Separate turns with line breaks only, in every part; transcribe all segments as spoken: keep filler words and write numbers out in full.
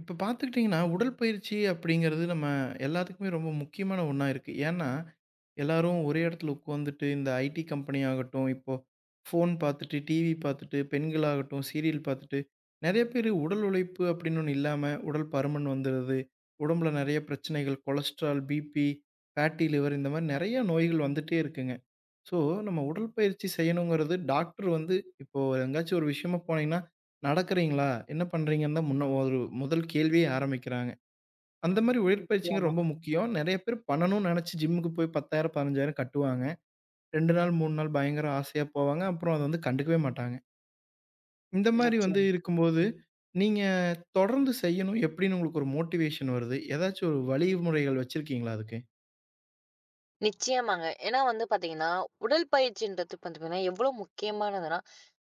இப்ப பார்த்துக்கிட்டிங்கன்னா, உடற்பயிற்சி அப்படிங்கிறது நம்ம எல்லாத்துக்குமே ரொம்ப முக்கியமான ஒண்ணா இருக்கு. ஏன்னா, எல்லாரும் ஒரே இடத்துல உட்காந்துட்டு இந்த ஐடி கம்பெனி ஆகட்டும், இப்போ ஃபோன் பார்த்துட்டு, டிவி பார்த்துட்டு, பெண்களாகட்டும் சீரியல் பார்த்துட்டு, நெறைய பேரு உடல் உழைப்பு அப்படின்னு ஒண்ணு இல்லாம உடல் பருமன் வந்துருது. உடம்புல நெறைய பிரச்சனைகள் கொலஸ்ட்ரால், பிபி, ஃபேட்டி லிவர் இந்த மாரி நெறைய நோய்கள் வந்துட்டே இருக்குங்க. ஸோ, நம்ம உடற்பயிற்சி செய்யணுங்கிறது டாக்டர் வந்து இப்போ எங்கேயாச்சும் ஒரு விஷயமா போனீங்கன்னா, "நடக்கிறீங்களா? என்ன பண்ணுறீங்கன்னு?" தான் முன்ன ஒரு முதல் கேள்வியே ஆரம்பிக்கிறாங்க. அந்த மாரி உடற்பயிற்சிங்க
நிச்சயமா,
ரொம்ப முக்கியம். நெறைய பேர் பண்ணணும்னு நெனச்சு ஜிம்முக்கு போய் பத்தாயிரம் பதினைந்தாயிரம் கட்டுவாங்க. ரெண்டு நாள், மூணு நாள் பயங்கர ஆசையா போவாங்க. அப்புறம் அத வந்து கண்டுக்கவே மாட்டாங்க. இந்த மாரி வந்து
நிச்சயமா.
இருக்கும்போது, நீங்க தொடர்ந்து செய்யணும் எப்படின்னு உங்களுக்கு ஒரு மோட்டிவேஷன் வருது? ஏதாச்சும் ஒரு வழிமுறைகள் வச்சிருக்கீங்களா அதுக்கு?
நிச்சயமாங்க. ஏன்னா வந்து பார்த்தீங்கன்னா, உடல்பயிற்சின்றது பார்த்தீங்கன்னா, எவ்வளோ முக்கியமானதுன்னா,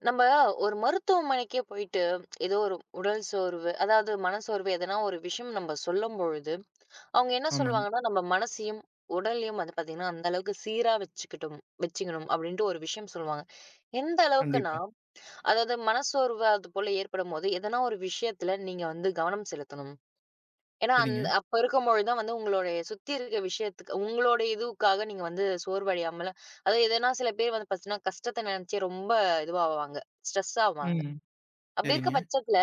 நம்ம ஒரு மருத்துவமனைக்கே போயிட்டு ஏதோ ஒரு உடல் சோர்வு, அதாவது மனசோர்வு எதனா ஒரு விஷயம் நம்ம சொல்லும்பொழுது, அவங்க என்ன
ஆமாங்க.
சொல்லுவாங்கன்னா, நம்ம மனசையும், உடலையும் வந்து பார்த்தீங்கன்னா, அந்த அளவுக்கு சீரா வச்சுக்கிட்டும் வச்சுக்கணும் அப்படின்ட்டு ஒரு விஷயம் சொல்லுவாங்க. எந்த அளவுக்குன்னா,
கண்டிப்பா.
அதாவது மனசோர்வு அது போல ஏற்படும்போது, எதனா ஒரு விஷயத்துல நீங்க வந்து கவனம் செலுத்தணும். ஏன்னா,
சரிங்க.
அந்த அப்ப இருக்கும்பொழுது தான் வந்து உங்களுடைய சுத்தி இருக்க விஷயத்துக்கு உங்களுடைய இதுக்காக நீங்க வந்து சோர்வடையாமல அதாவது எதனா சில பேர் வந்து பார்த்தீங்கன்னா, கஷ்டத்த நினைச்சே ரொம்ப இதுவாவாங்க. ஸ்ட்ரெஸ் ஆவாங்க.
ம்.
அப்படி இருக்க
சரிங்க.
பட்சத்துல,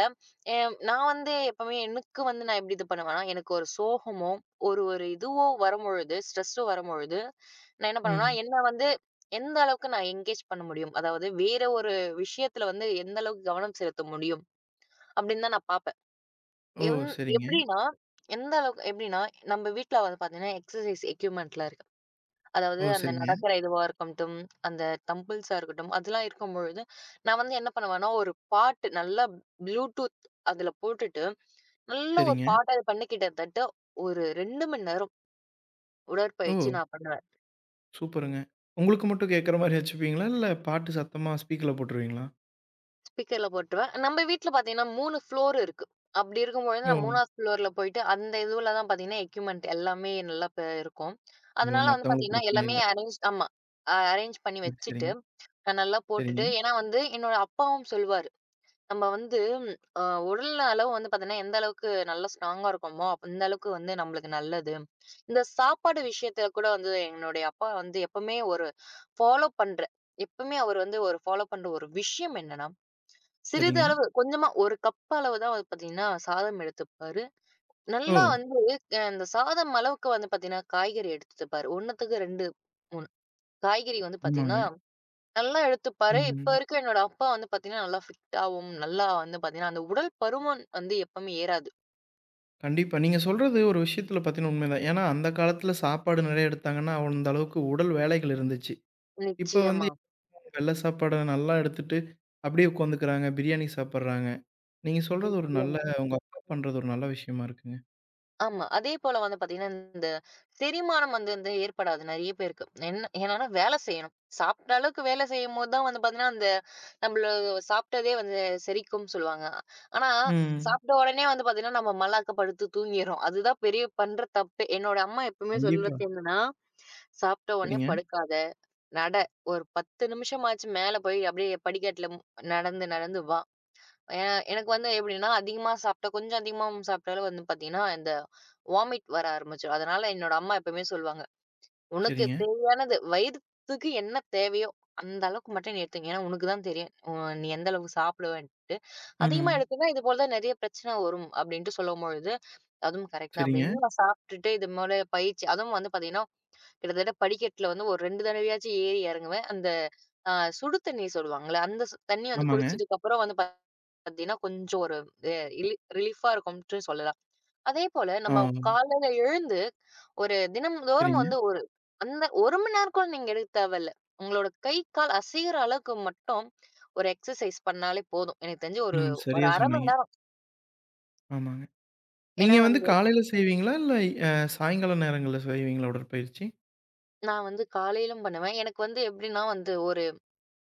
அ நான் வந்து எப்பவுமே எனக்கு வந்து நான் எப்படி இது பண்ணுவேன்னா, எனக்கு ஒரு சோகமோ, ஒரு ஒரு இதுவோ வரும்பொழுது, ஸ்ட்ரெஸ்ஸோ வரும்பொழுது, நான் என்ன பண்ணுவேன்னா,
ம்.
என்ன வந்து எந்த அளவுக்கு நான் என்கேஜ் பண்ண முடியும்? அதாவது வேற ஒரு விஷயத்துல வந்து எந்த அளவுக்கு கவனம் செலுத்த முடியும்? அப்படின்னு தான் நான் பார்ப்பேன்.
ஓ!
என்
சரிங்க.
எப்படின்னா, எந்த அளவுக்கு எப்படின்னா, நம்ம வீட்ல வந்து பார்த்தீங்கன்னா, எக்ஸர்சைஸ் எக்யூப்மென்ட்லாம் இருக்கு. அதாவது
ஓ!
அந்த
சரிங்க,
நடக்கிற இதுவா இருக்கட்டும், அந்த தம்பிள்ஸா இருக்கட்டும், அதெல்லாம் இருக்கும்பொழுது, நான் வந்து என்ன பண்ணுவேன்னா, ஒரு பாட்டு நல்லா ப்ளூடூத் அதில போட்டுட்டு, நல்ல ஒரு
சரிங்க.
பாட்ட அது பண்ணி கிட்டத்தட்ட ஒரு ரெண்டு மணி நேரம்
ஓ!
உடற்பயிற்சி நான் பண்ணுவேன்.
சூப்பருங்க. உங்களுக்கு மட்டும் கேட்கற மாரி வச்சுப்பீங்களா? இல்ல பாட்டு சத்தமா ஸ்பீக்கர்ல போட்டுருவீங்களா?
ஸ்பீக்கர்ல போட்டுருவேன். நம்ம வீட்ல பார்த்தீங்கன்னா மூணு ஃப்ளோர் இருக்கு. அப்படி இருக்கும்பொழுது
ஓ!
நான் மூணாவது ஃப்ளோர்ல போயிட்டு அந்த இதுல தான் பார்த்தீங்கன்னா, எக்யூப்மென்ட் எல்லாமே நல்லா ப இருக்கும்.
ஓ!
அதனால வந்து
மத்தவங்களுக்கு
பார்த்தீங்கன்னா,
பிரச்சனை
எல்லாமே
இல்ல.
அரேஞ்ச் ஆமா. அ அரேஞ்ச் பண்ணி
சரி,
வச்சுட்டு,
சரிங்க,
அ நல்லா
சரிங்க,
போட்டுட்டு ஏன்னா வந்து என்னோட அப்பாவும் சொல்லுவாரு. நம்ம வந்து அ உடல் அளவு வந்து பார்த்தீங்கன்னா, எந்த அளவுக்கு நல்லா ஸ்ட்ராங்கா இருக்கோமோ, அந்த அளவுக்கு வந்து நம்மளுக்கு நல்லது. இந்த சாப்பாடு விஷயத்துல கூட வந்து என்னுடைய அப்பா வந்து எப்பவுமே ஒரு ஃபாலோ பண்ற எப்பவுமே அவர் வந்து ஒரு ஃபாலோ பண்ற ஒரு விஷயம் என்னன்னா, சிறிது
சரிங்க.
அளவு கொஞ்சமா ஒரு கப் அளவு தான் வந்து பார்த்தீங்கன்னா, சாதம் எடுத்துப்பாரு.
ஓ!
நல்லா வந்து அ அந்த சாதம் அளவுக்கு வந்து பார்த்தீங்கன்னா, காய்கறி எடுத்துப்பாரு. ஒண்ணுக்கு ரெண்டு, மூணு காய்கறி வந்து
ஆமாங்க.
பார்த்தீங்கன்னா, நல்லா எடுத்துப்பாரு. இப்ப
ம்.
இருக்க என்னோட அப்பா வந்து பார்த்தீங்கன்னா, நல்லா ஃபிட்டாவும், நல்லா வந்து பார்த்தீங்கன்னா, அந்த உடல் பருமன் வந்து எப்பவுமே ஏறாது.
கண்டிப்பா. நீங்க சொல்றது ஒரு விஷயத்துல பாத்தீங்கன்னா உண்மைதான். ஏன்னா, அந்த காலத்துல சாப்பாடு நெறைய எடுத்தாங்கன்னா, அந்த அளவுக்கு உடல் வேலைகள் இருந்துச்சு. இப்ப வந்து
நிச்சயமா,
வெள்ள சாப்பாட நல்லா எடுத்துட்டு அப்படியே உட்காந்துக்கிறாங்க. பிரியாணி சாப்பிடுறாங்க. நீங்க சொல்றது ஒரு நல்ல
நிச்சயமா.
உங்க அப்பா பண்றது ஒரு நல்ல விஷயமா இருக்குங்க.
ஆமா. அதே போல வந்து பார்த்தீங்கன்னா, இந்த செரிமானம் வந்து வந்து ஏற்படாது நெறைய பேருக்கு. என்ன ஏன்னானா வேலை செய்யணும். சாப்பிட்ட அளவுக்கு வேலை செய்யும்போது தான் வந்து பார்த்தீங்கன்னா, அந்த நம்மள சாப்பிட்டதே வந்து செரிக்கும்னு சொல்லுவாங்க. ஆனா,
ம்.
சாப்பிட்ட உடனே வந்து பார்த்தீங்கன்னா, நம்ம மல்லாக்க படுத்து தூங்கிர்றோம். அதுதான் பெரிய பண்ற தப்பு. என்னோட அம்மா எப்பவுமே
கண்டிப்பா.
சொல்றது என்னன்னா, "சாப்பிட்ட உடனே
சரிங்க,
படுக்காத. நட. ஒரு பத்து நிமிஷமாச்சு மேல போய் அப்படியே படிக்கட்டில நடந்து நடந்து வா." எ எனக்கு வந்து எப்படின்னா, அதிகமா சாப்பிட்டா கொஞ்சம் அதிகமா சாப்பிட்டாலும் வந்து பார்த்தீங்கன்னா, இந்த வாமிட் வர ஆரம்பிச்சுரும். அதனால என்னோட அம்மா எப்பவுமே சொல்லுவாங்க, "உனக்கு
சரிங்க.
தேவையானது வயித்துக்கு என்ன தேவையோ, அந்த அளவுக்கு மட்டும் நீ எடுத்துக்க. ஏன்னா உனக்கு தான் தெரியும். உ நீ எந்த அளவுக்கு சாப்பிடுவேன்ட்டு. அதிகமா
ம்.
எடுத்தீன்னா, இது போல தான் நெறைய பிரச்சனை வரும்." அப்படின்ட்டு சொல்லும்பொழுது, அதுவும் கரெக்ட் தான்
சரிங்க.
அப்படின்னு நான் சாப்பிட்டுட்டு இது போல பயிற்சி அதுவும் வந்து பார்த்தீங்கன்னா, கிட்டத்தட்ட படிக்கட்டுல வந்து ஒரு ரெண்டு தடவையாச்சும் ஏறி இறங்குவேன். அந்த அ சுடு தண்ணி சொல்லுவாங்கல்ல, அந்த சு தண்ணி வந்து
ஆமாங்க.
குடிச்சதுக்கப்புறம் வந்து பார்த்தீங்கன்னா, கொஞ்சம் ஒரு எ ரிலீ ரிலீஃபா இருக்கும்ட்டு சொல்லலாம். அதேபோல
ஆ.
நம்ம காலையில எழுந்து, ஒரு தினம்தோறும்
சரிங்க.
வந்து ஒரு அந்த ஒரு மணி நேரம் கூட நீங்க எடுக்க தேவையில்ல. உங்களோட கை, கால் அசையிற அளவுக்கு மட்டும் ஒரு எக்சர்சைஸ் பண்ணாலே போதும். எனக்கு தெரிஞ்சு ஒரு
ம்.
ஒரு
சரியா
அரை
சொன்னீங்க.
மணி நேரம்.
ஆமாங்க.
ஏன்னா
நீங்க வந்து
வந்து
காலையில செய்வீங்களா? இல்ல அ சாயங்கால நேரங்கள்ல செய்வீங்களா உடற்பயிற்சி?
நான் வந்து காலையிலும் பண்ணுவேன். எனக்கு வந்து எப்படின்னா வந்து ஒரு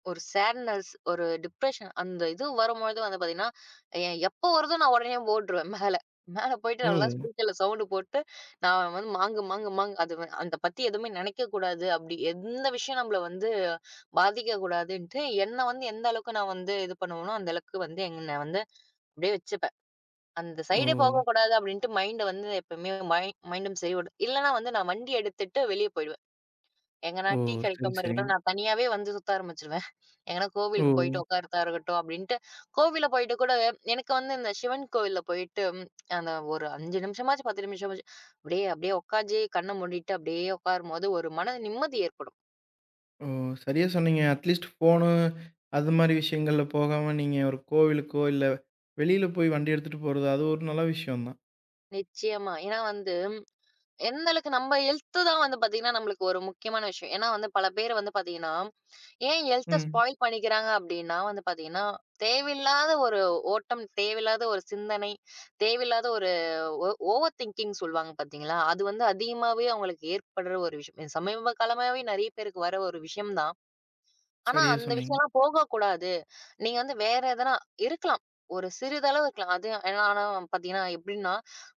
ஒரு சேட்னஸ், ஒரு டிப்ரஷன் அந்த இது வரும்பொழுது வந்து பார்த்தீங்கன்னா, எ எப்போ வருதோ நான் உடனே ஓடுருவேன் மேல. மேல போயிட்டு
ஓ!
நல்லா ஸ்பீக்கர்ல சவுண்ட் போட்டு, நான் வந்து மாங்கு, மாங்கு, மாங்கு அது அத பத்தி எதுவுமே நினைக்கக்கூடாது. அப்படி எந்த விஷயம் நம்மள வந்து பாதிக்கக்கூடாதுன்ட்டு, என்ன வந்து எந்த அளவுக்கு நான் வந்து இது பண்ணுவேனோ, அந்த அளவுக்கு வந்து என்ன வந்து அப்படியே வச்சுப்பேன். அந்த
ஓ!
சைடே போகக்கூடாது அப்படின்ட்டு மைண்ட் வந்து எப்பவுமே மை மைண்டும் சரி ஓடும். இல்லன்னா வந்து நான் வண்டி எடுத்துட்டு வெளிய போயிடுவேன். எங்கன்னா
ஓ!
டீ
சரி,
கிடைக்காம இருக்கட்டும்,
சரிங்க.
நான் தனியாவே வந்து சுத்த ஆரம்பிச்சுருவேன். எங்கன்னா
ஓ!
கோவிலுக்கு போயிட்டு உட்கார்றதா இருக்கட்டும் அப்டின்ட்டு, கோவில்ல போயிட்டு கூட எனக்கு வந்து இந்த சிவன் கோவில்ல போயிட்டு ம், அந்த ஒரு அஞ்சு நிமிஷமாச்சு, பத்து நிமிஷமாச்சு அப்டியே அப்டியே உட்காந்து கண்ண மூடிட்டு அப்டியே உட்காரும்போது ஒரு மன நிம்மதி ஏற்படும்.
ஓ! சரியா சொன்னீங்க. அட்லீஸ்ட் ஃபோனு அது மாரி விஷயங்கள்ல போகாம நீங்க ஒரு கோவிலுக்கோ, இல்ல வெளியில போய் வண்டி எடுத்துட்டு போறது, அது ஒரு நல்ல விஷயம் தான்.
நிச்சயமா. ஏன்னா வந்து எந்த அளவுக்கு நம்ம ஹெல்த் தான் வந்து பாத்தீங்கன்னா, நம்மளுக்கு ஒரு முக்கியமான விஷயம். ஏன்னா வந்து பல பேர் வந்து பாத்தீங்கன்னா, ஏன் ஹெல்த்த
ம்.
ஸ்பாயில் பண்ணிக்கிறாங்க அப்டின்னா வந்து பாத்தீங்கன்னா, தேவையில்லாத ஒரு ஓட்டம், தேவையில்லாத ஒரு சிந்தனை, தேவையில்லாத ஒரு ஓ ஓவர் திங்கிங் சொல்லுவாங்க பாத்தீங்களா? அது வந்து அதிகமாவே அவங்களுக்கு ஏற்படுற ஒரு விஷயம். இது சமீப காலமாவே நெறைய பேருக்கு வர ஒரு விஷயம் தான். ஆனா
சரியா
அந்த
சொன்னீங்க.
விஷயம்லாம் போகக்கூடாது. நீங்க வந்து வேற எதனா இருக்கலாம். ஒரு சிறிதளவு இருக்கலாம். அது ஏன்னா ஆனா பார்த்தீங்கன்னா எப்படின்னா,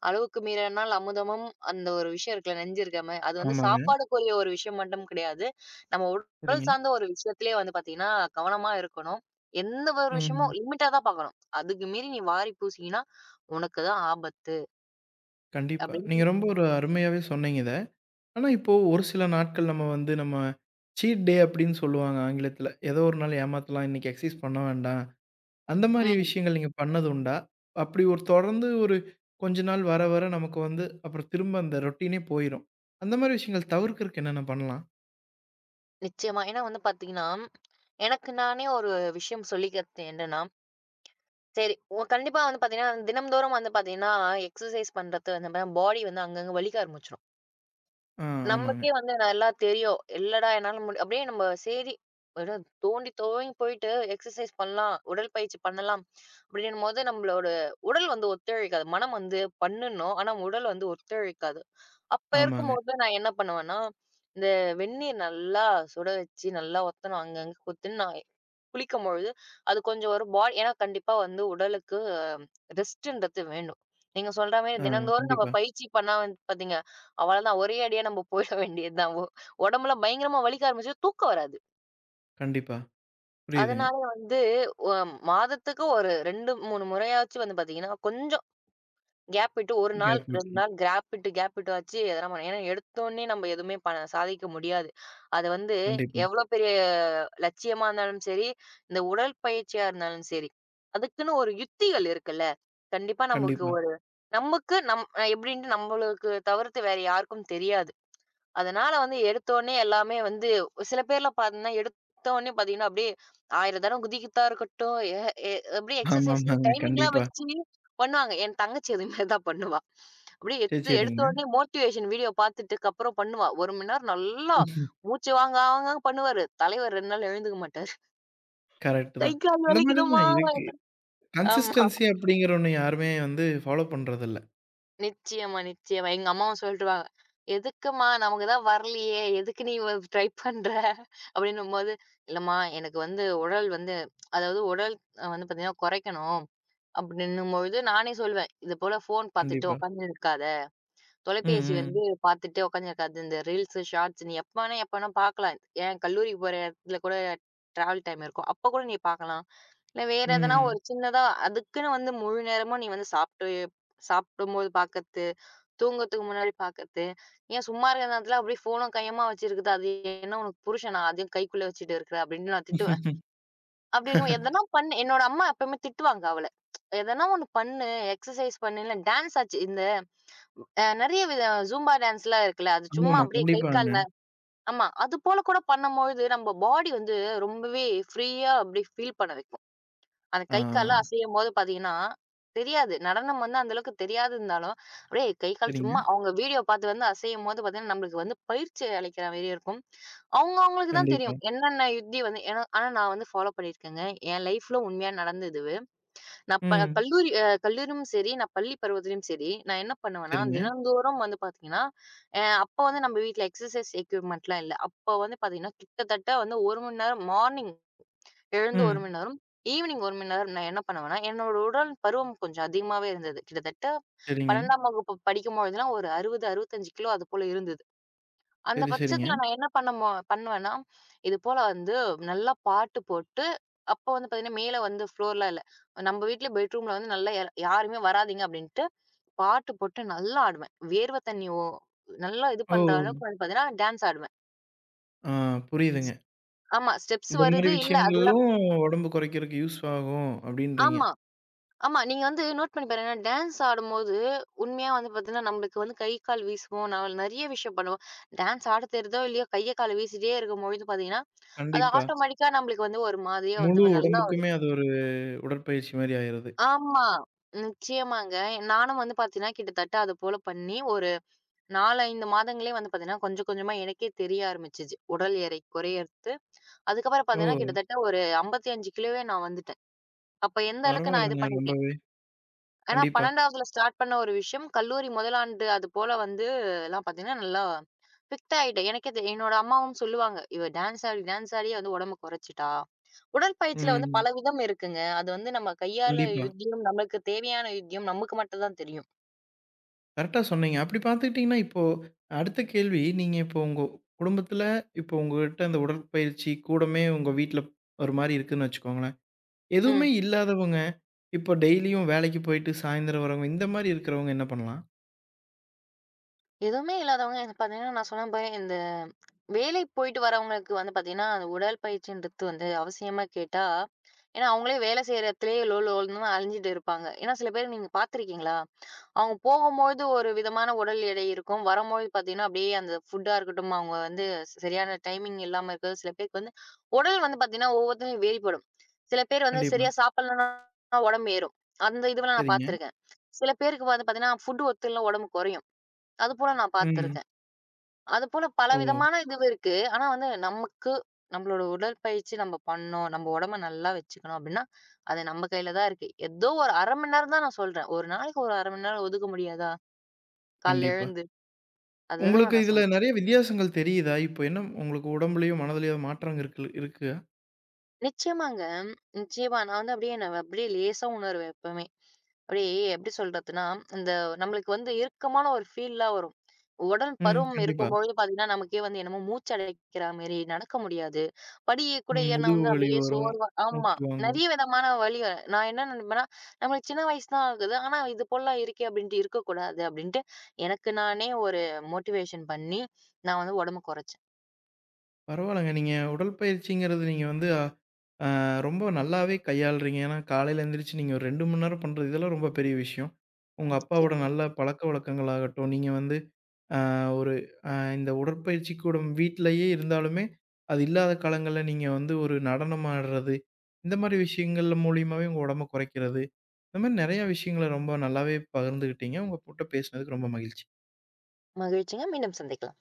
அளவுக்கு மீறினால் அமுதமும் அந்த ஒரு விஷயம் இருக்குல்ல நெஞ்சிருக்கிற மாரி. அது வந்து
ஆமாங்க.
சாப்பாடுக்குரிய ஒரு விஷயம் மட்டும் கிடையாது. நம்ம உடல்
சரிங்க.
சார்ந்த ஒரு விஷயத்திலேயே வந்து பார்த்தீங்கன்னா, கவனமா இருக்கணும். எந்த ஒரு
ம்.
விஷயமும் லிமிட்டா தான் பார்க்கணும். அதுக்கு மீறி நீ வாரி பூசினீன்னா, உனக்கு தான் ஆபத்து
கண்டிப்பா. நீங்க
அப்படின்னு
ரொம்ப ஒரு அருமையாவே சொன்னீங்க இத. ஆனா, இப்போ ஒரு சில நாட்கள் நம்ம வந்து நம்ம சீட் டே அப்படின்னு சொல்லுவாங்க ஆங்கிலத்தில. ஏதோ ஒரு நாள் ஏமாத்தலாம். இன்னைக்கு எக்சர்சைஸ் பண்ண வேண்டாம். அந்த மாரி
ம்.
விஷயங்கள் நீங்க பண்ணது உண்டா? அப்படி ஒரு தொடர்ந்து ஒரு கொஞ்ச நாள் வர, வர நமக்கு வந்து அப்புறம் திரும்ப அந்த ரொட்டீனே போயிரும். அந்த மாரி விஷயங்கள் தவிர்க்கறக்கு என்னென்ன பண்ணலாம்?
நிச்சயமா. ஏன்னா வந்து பார்த்தீங்கன்னா, எனக்கு நானே ஒரு விஷயம் சொல்லிக்கிறது என்னன்னா, சரி. ஒ கண்டிப்பா வந்து பாத்தீங்கன்னா, தினம்தோறும் வந்து பாத்தீங்கன்னா, எக்ஸர்சைஸ் பண்றது வந்து நம்ம பாடி வந்து அங்கங்க வலிக்க ஆரம்பிச்சுரும்.
ஆ ஆமாங்க,
நமக்கே வந்து நல்லா தெரியும். இல்லடா என்னால முடி அப்படியே நம்ம சரி ஏதோ தோண்டி துவங்கி போயிட்டு எக்ஸர்சைஸ் பண்ணலாம், உடற்பயிற்சி பண்ணலாம் அப்படின்னும்போது நம்மளோட உடல் வந்து ஒத்துழைக்காது. மனம் வந்து பண்ணணும். ஆனா உடல் வந்து ஒத்துழைக்காது. அப்ப
ஆமாங்க.
இருக்கும்போது நான் என்ன பண்ணுவேன்னா, இந்த வெந்நீர் நல்லா சுட வச்சு நல்லா ஒத்தணும் அங்கங்க குத்துன்னு நான் குளிக்கும்பொழுது, அது கொஞ்சம் ஒரு பாடி ஏன்னா கண்டிப்பா வந்து உடலுக்கு ரெஸ்ட்ன்றது வேணும். நீங்க சொல்ற மாரி
ஆ
தினந்தோறும் நம்ம
கண்டிப்பா,
பயிற்சி பண்ணா வந்து பார்த்தீங்க, அவ்வளதான் ஒரே அடியா நம்ம போயிட வேண்டியது தான். ஒ உடம்புல பயங்கரமா வலிக்க ஆரம்பிச்சுரும், தூக்கம் வராது.
கண்டிப்பா. புரியுதுங்க.
அதனால வந்து ஒ மாதத்துக்கு ஒரு ரெண்டு, மூணு முறையாச்சும் வந்து பார்த்தீங்கன்னா, கொஞ்சம் கேப் விட்டு ஒரு நாள்,
கேப்
ரெண்டு
விட்றணும்.
நாள் கேப் விட்டு கேப் விட்டு ஆச்சு எதனா பண்ணணும். ஏன்னா எடுத்தோனே நம்ம எதுவுமே ப சாதிக்க முடியாது. அது வந்து
கண்டிப்பா,
எவ்வளோ பெரிய லட்சியமா இருந்தாலும் சரி, இந்த உடற்பயிற்சியா இருந்தாலும் சரி, அதுக்குன்னு ஒரு யுக்திகள் இருக்குல்ல. கண்டிப்பா நமக்கு
கண்டிப்பா.
ஒரு நமக்கு நம் அஹ் எப்படின்ட்டு நம்மளுக்கு தவிர்த்து வேற யாருக்கும் தெரியாது. அதனால வந்து எடுத்தோனே எல்லாமே வந்து சில பேர்லாம் பார்த்தீங்கன்னா, எடுத்தோனே பார்த்தீங்கன்னா, அப்படியே ஆயிரம் தடவ குதிக்கிறதா இருக்கட்டும், எ எ அப்படியே எக்ஸர்சைஸ்
ஆமாமாங்க.
டைமிங்லாம்
கண்டிப்பா.
வச்சு பண்ணுவாங்க. என் தங்கச்சி அது மாரி தான் பண்ணுவா. அப்படியே
சரி,
எடுத்து
சரிங்க.
எடுத்தோனே மோட்டிவேஷன் வீடியோ பார்த்துட்டுக்கப்புறம் பண்ணுவா. ஒரு மணி நேரம் நல்லா மூச்சு வாங்க வாங்கன்னு பண்ணுவாரு. தலைவர் ரெண்டு நாள் எழுந்துக்க மாட்டாரு.
கரெக்ட்டு
கை
தான்.
கால்
இந்த மாரி
வலிக்குதும்மா.
தான் இருக்கு.
ஆமா.
கன்சிஸ்டன்சி அப்படிங்கிற ஒண்ணு யாருமே வந்து ஃபாலோ பண்றதில்ல.
நிச்சயமா, நிச்சயமா. எங்க அம்மாவும் சொல்ட்டுருவாங்க. "எதுக்கும்மா நமக்கு தான் வரலையே! எதுக்கு நீ வ ட்ரை பண்ற?" அப்படின்னும்போது, "இல்லம்மா எனக்கு வந்து உடல் வந்து அதாவது உடல் அ வந்து பார்த்தீங்கன்னா குறைக்கணும்." அப்படின்னும்பொழுது நானே சொல்லுவேன், "இது போல ஃபோன் பார்த்துட்டு
கண்டிப்பா.
உட்காந்துன்னு இருக்காத.
ம்,
தொலைபேசி வந்து
ம்,
பார்த்துட்டு உட்காந்துருக்காத. இந்த ரீல்ஸு, ஷார்ட்ஸ் நீ எப்ப வேணா எப்ப வேணா பார்க்கலாம். ஏன் கல்லூரிக்கு போற இடத்துல கூட டிராவல் டைம் இருக்கும். அப்ப கூட நீ பார்க்கலாம்." இல்ல வேற எதனா
ம்.
ஒரு சின்னதா அதுக்குன்னு வந்து முழு நேரமும் நீ வந்து சாப்பிட்டு சாப்பிடும்போது பார்க்கறது, தூங்கறதுக்கு முன்னாடி பார்க்கறது, ஏன் சும்மா இருக்கிற நேரத்துல அப்படியே ஃபோனும் கையுமா வச்சிருக்குது. அது என்ன உனக்கு புருஷனா? அதையும் கைக்குள்ள வச்சுட்டு இருக்கிற அப்படின்னு நான் திட்டுவேன். அப்படி இருக்கும் எதனா பண்ணு என்னோட அம்மா எப்பவுமே திட்டுவாங்க அவள. எதனா ஒண்ணு பண்ணு, எக்ஸர்சைஸ் பண்ணு, இல்ல டான்ஸ் ஆச்சு இந்த அ நெறைய வித ஜூம்பா டான்ஸ்லாம் இருக்குல்ல. அது சும்மா
ஆமாமா.
அப்படியே கை
கண்டிப்பாங்க.
கால்ல ஆமா. அது போல கூட பண்ணும்பொழுது நம்ம பாடி வந்து ரொம்பவே ஃப்ரீயா அப்படியே ஃபீல் பண்ண வைக்கும். அந்த
ஆ
கை, கால்லாம் அசையும்போது பார்த்தீங்கன்னா, தெரியாது. நடனம் வந்து அந்த அளவுக்கு தெரியாது இருந்தாலும், அப்படியே கை, கால்
சரிங்க.
சும்மா அவங்க வீடியோ பார்த்து வந்து அசையும்போது பார்த்தீங்கன்னா, நம்மளுக்கு வந்து பயிற்சி அளிக்கிற மாரி இருக்கும். அவங்க அவங்களுக்கு தான்
கண்டிப்பா.
தெரியும். என்னென்ன யுக்தி வந்து ஏன்னா ஆனா நான் வந்து ஃபாலோ பண்ணியிருக்கேங்க. என் லைஃப்ல உண்மையா நடந்தது இது. நான் ப
ம்.
கல்லூரி அ கல்லூரியும் சரி, நான் பள்ளி பருவத்திலயும் சரி, நான் என்ன பண்ணுவேன்னா,
சரிங்க.
தினந்தோறும் வந்து பார்த்தீங்கன்னா, அ அப்போ வந்து நம்ம வீட்ல எக்ஸர்சைஸ் எக்யூப்மென்ட்லாம் இல்ல. அப்போ வந்து பார்த்தீங்கன்னா, கிட்டத்தட்ட வந்து ஒரு மணி நேரம் மார்னிங் எழுந்து ஒரு
ம்.
மணி நேரம். ஈவினிங் ஒரு மணி நேரம் நான் என்ன பண்ணுவேன்னா, என்னோட உடல் பருவம் கொஞ்சம் அதிகமாவே இருந்தது. கிட்டத்தட்ட
சரிங்க.
பன்னிரெண்டாம் வகுப்பு படிக்கும்பொழுதுலாம் ஒரு அறுபது, அறுபத்தி ஐந்து கிலோ அது போல இருந்தது. அந்த
சரி, சரிங்க.
பட்சத்துல நான் என்ன பண்ணமோ பண்ணுவேன்னா, இது போல வந்து நல்லா பாட்டு போட்டு, அப்போ வந்து பார்த்தீங்கன்னா, மேல வந்து ஃப்ளோர்லாம் இல்ல. நம்ம வீட்ல பெட்ரூம்ல வந்து நல்லா யா யாருமே வராதீங்க அப்டின்ட்டு, பாட்டு போட்டு நல்லா ஆடுவேன். வேர்வ தண்ணி ஓ நல்லா இது
ஓ!
பண்ற அளவுக்கு வந்து பார்த்தீங்கன்னா, டான்ஸ் ஆடுவேன்.
ஆ புரியுதுங்க.
ஆமா. ஸ்டெப்ஸ்
இந்த மாரி
வருது. இல்ல அதெல்லாம்
விஷயங்களும் உடம்பு குறைக்கிறதுக்கு யூஸ் ஆகும் அப்படின்றீங்க.
ஆமா. ஆமா. நீங்க வந்து நோட் பண்ணி பாருங்க. டான்ஸ் ஆடும்போது, உண்மையா வந்து பார்த்தீங்கன்னா, நம்மளுக்கு வந்து கை, கால் வீசுவோம். நான் நெறைய விஷயம் பண்ணுவோம். டான்ஸ் ஆடத் தெரியுதோ! இல்லையோ! கைய, கால வீசிட்டே இருக்கும்பொழுது பார்த்தீங்கன்னா, அது
கண்டிப்பா.
ஆட்டோமேட்டிக்கா நம்மளுக்கு வந்து ஒரு மாதிரியா
முழு
வந்து நல்லா ஒரு
உடம்புக்குமே அது ஒரு உடற்பயிற்சி மாரி ஆயிருது.
ஆமா. நிச்சயமாங்க. நானும் வந்து பார்த்தீங்கன்னா, கிட்டத்தட்ட அது போல பண்ணி ஒரு நாலு, ஐந்து மாதங்களே வந்து பார்த்தீங்கன்னா, கொஞ்சம் கொஞ்சமா எனக்கே தெரிய ஆரம்பிச்சுச்சு. உடல் எடை குறையறது. அதுக்கப்புறம்
ஓ!
பார்த்தீங்கன்னா, கிட்டத்தட்ட ஒரு ஐம்பத்தி ஐந்து கிலோவே நான் வந்துட்டேன். அப்ப எந்த அளவுக்கு நான் இது
பரவாயில்லங்க
பண்ணிருக்கேன்
ரொம்பவே.
ஆனா
கண்டிப்பா.
பன்னிரெண்டாவதுல ஸ்டார்ட் பண்ண ஒரு விஷயம், கல்லூரி முதல் ஆண்டு அது போல வந்து எல்லாம் பார்த்தீங்கன்னா, நல்லா ஃபிட் ஆயிட்டேன். எனக்கே தெ என்னோட அம்மாவும் சொல்லுவாங்க, "இவ டான்ஸ் ஆடி, டான்ஸ் ஆடியே வந்து உடம்பு குறைச்சுட்டா." உடற்பயிற்சியில வந்து
ம்.
பல விதம் இருக்குங்க. அது வந்து நம்ம கையால
கண்டிப்பா.
யுத்தியம், நமக்கு தேவையான யுத்தியம் நமக்கு மட்டும் தான் தெரியும்.
கரெக்ட்டா சொன்னீங்க. அப்படி பார்த்துக்கிட்டீங்கன்னா, இப்போ அடுத்த கேள்வி, நீங்க இப்போ உங்க குடும்பத்தில இப்போ உங்ககிட்ட அந்த உடற்பயிற்சி கூடமே உங்க வீட்ல ஒரு மாரி இருக்குன்னு வச்சுக்கோங்களேன். எதுவுமே
ம்.
இல்லாதவங்க, இப்போ டெய்லியும் வேலைக்கு போயிட்டு சாயந்தரம் வரவங்க, இந்த மாரி இருக்கிறவங்க என்ன பண்ணலாம்?
எதுவுமே இல்லாதவங்க எனக்கு பார்த்தீங்கன்னா, நான் சொன்ன பாரு இந்த வேலை போயிட்டு வரவங்களுக்கு வந்து பார்த்தீங்கன்னா, அந்த உடற்பயிற்சின்றது வந்து அவசியமா கேட்டா, ஏன்னா அவங்களே வேலை செய்ற இடத்துலயே லோ லோன்னு அலைஞ்சுட்டு இருப்பாங்க. ஏன்னா சில பேர் நீங்க பார்த்துருக்கீங்களா? அவங்க போகும்போது ஒரு விதமான உடல் எடை இருக்கும். வரும்போது பார்த்தீங்கன்னா, அப்படியே அந்த ஃபுட்டா இருக்கட்டும், அவங்க வந்து சரியான டைமிங் இல்லாம இருக்கிறது. சில பேருக்கு வந்து உடல் வந்து பார்த்தீங்கன்னா, ஒவ்வொருத்தரும் வேறுபடும். சில பேர் வந்து
கண்டிப்பா.
சரியா சாப்பிடலன்னா உடம்பு ஏறும். அந்த இதுவெல்லாம் நான்
சரிங்க.
பார்த்துருக்கேன். சில பேருக்கு வந்து பார்த்தீங்கன்னா, ஃபுட் ஒத்துல்னா உடம்பு குறையும். அதுபோல நான்
ம்.
பார்த்துருக்கேன். அதுபோல பல
ஓ!
விதமான இதுவு இருக்கு. ஆனா வந்து நமக்கு நம்மளோட உடற்பயிற்சி நம்ம பண்ணோம், நம்ம உடம்ப நல்லா வச்சுக்கணும் அப்டின்னா, அது நம்ம கையில தான் இருக்கு. ஏதோ ஒரு அரை மணி நேரம் தான் நான் சொல்றேன். ஒரு நாளைக்கு ஒரு அரை மணி நேரம் ஒதுக்க முடியாதா? காலைல
கண்டிப்பா.
எழுந்து அதுதான்
உங்களுக்கு
நான்
இதில
சொல்றேன்.
நெறைய வித்தியாசங்கள் தெரியுதா? இப்போ என்ன உங்களுக்கு உடம்புலயும், மனதிலயும் மாற்றங்கள் இருக்கு இருக்கா?
நிச்சயமாங்க. நிச்சயமா. நான் வந்து அப்படியே நான் அப்படியே லேசா உணருவேன் எப்பவுமே. அப்படியே எப்படி சொல்றதுன்னா, இந்த நம்மளுக்கு வந்து இறுக்கமான ஒரு ஃபீல்லாம் வரும். உடல்
ம்.
பருவம்
கண்டிப்பா.
இருக்கும்பொழுது பார்த்தீங்கன்னா, நமக்கே வந்து என்னமோ மூச்சு அடைக்கிற மாரி, நடக்க முடியாது. படிய கூட
ம்.
ஏறினா
முதுகு
வந்து
வலி
அப்படியே
வரும்,
சோர்வா ஆமா.
மூச்சு வாங்கும்.
நெறைய விதமான வலி வ நான் என்ன நினைப்பேன்னா, நம்மளுக்கு சின்ன வயசு தான் ஆகுது. ஆனா இது போலலாம் இருக்கே அப்படின்ட்டு இருக்கக்கூடாது அப்படின்ட்டு எனக்கு நானே ஒரு மோட்டிவேஷன் பண்ணி, நான் வந்து உடம்பு குறைச்சேன்.
பரவால்லங்க. நீங்க உடற்பயிற்சிங்கிறது நீங்க வந்து அ ரொம்ப நல்லாவே கையாளுறீங்க. ஏன்னா, காலையில எந்திரிச்சு நீங்க ஒரு ரெண்டு மணி நேரம் பண்றது, இதெல்லாம் ரொம்ப பெரிய விஷயம். உங்க அப்பாவோட
நிச்சயம்.
நல்ல பழக்கவழக்கங்களாகட்டும், நீங்க வந்து அ ஒரு அ இந்த உடற்பயிற்சி கூடம் வீட்லயே இருந்தாலுமே, அது இல்லாத காலங்கள்ல நீங்க வந்து ஒரு நடனம் ஆடுறது, இந்த மாரி விஷயங்கள்ல மூலியமாவே உங்க உடம்ப குறைக்கிறது, இந்த மாரி நெறைய விஷயங்கள ரொம்ப நல்லாவே பகிர்ந்துக்கிட்டீங்க. உங்க கூட்ட பேசினதுக்கு ரொம்ப மகிழ்ச்சி.
மகிழ்ச்சிங்க. மீண்டும் சந்திக்கலாம்.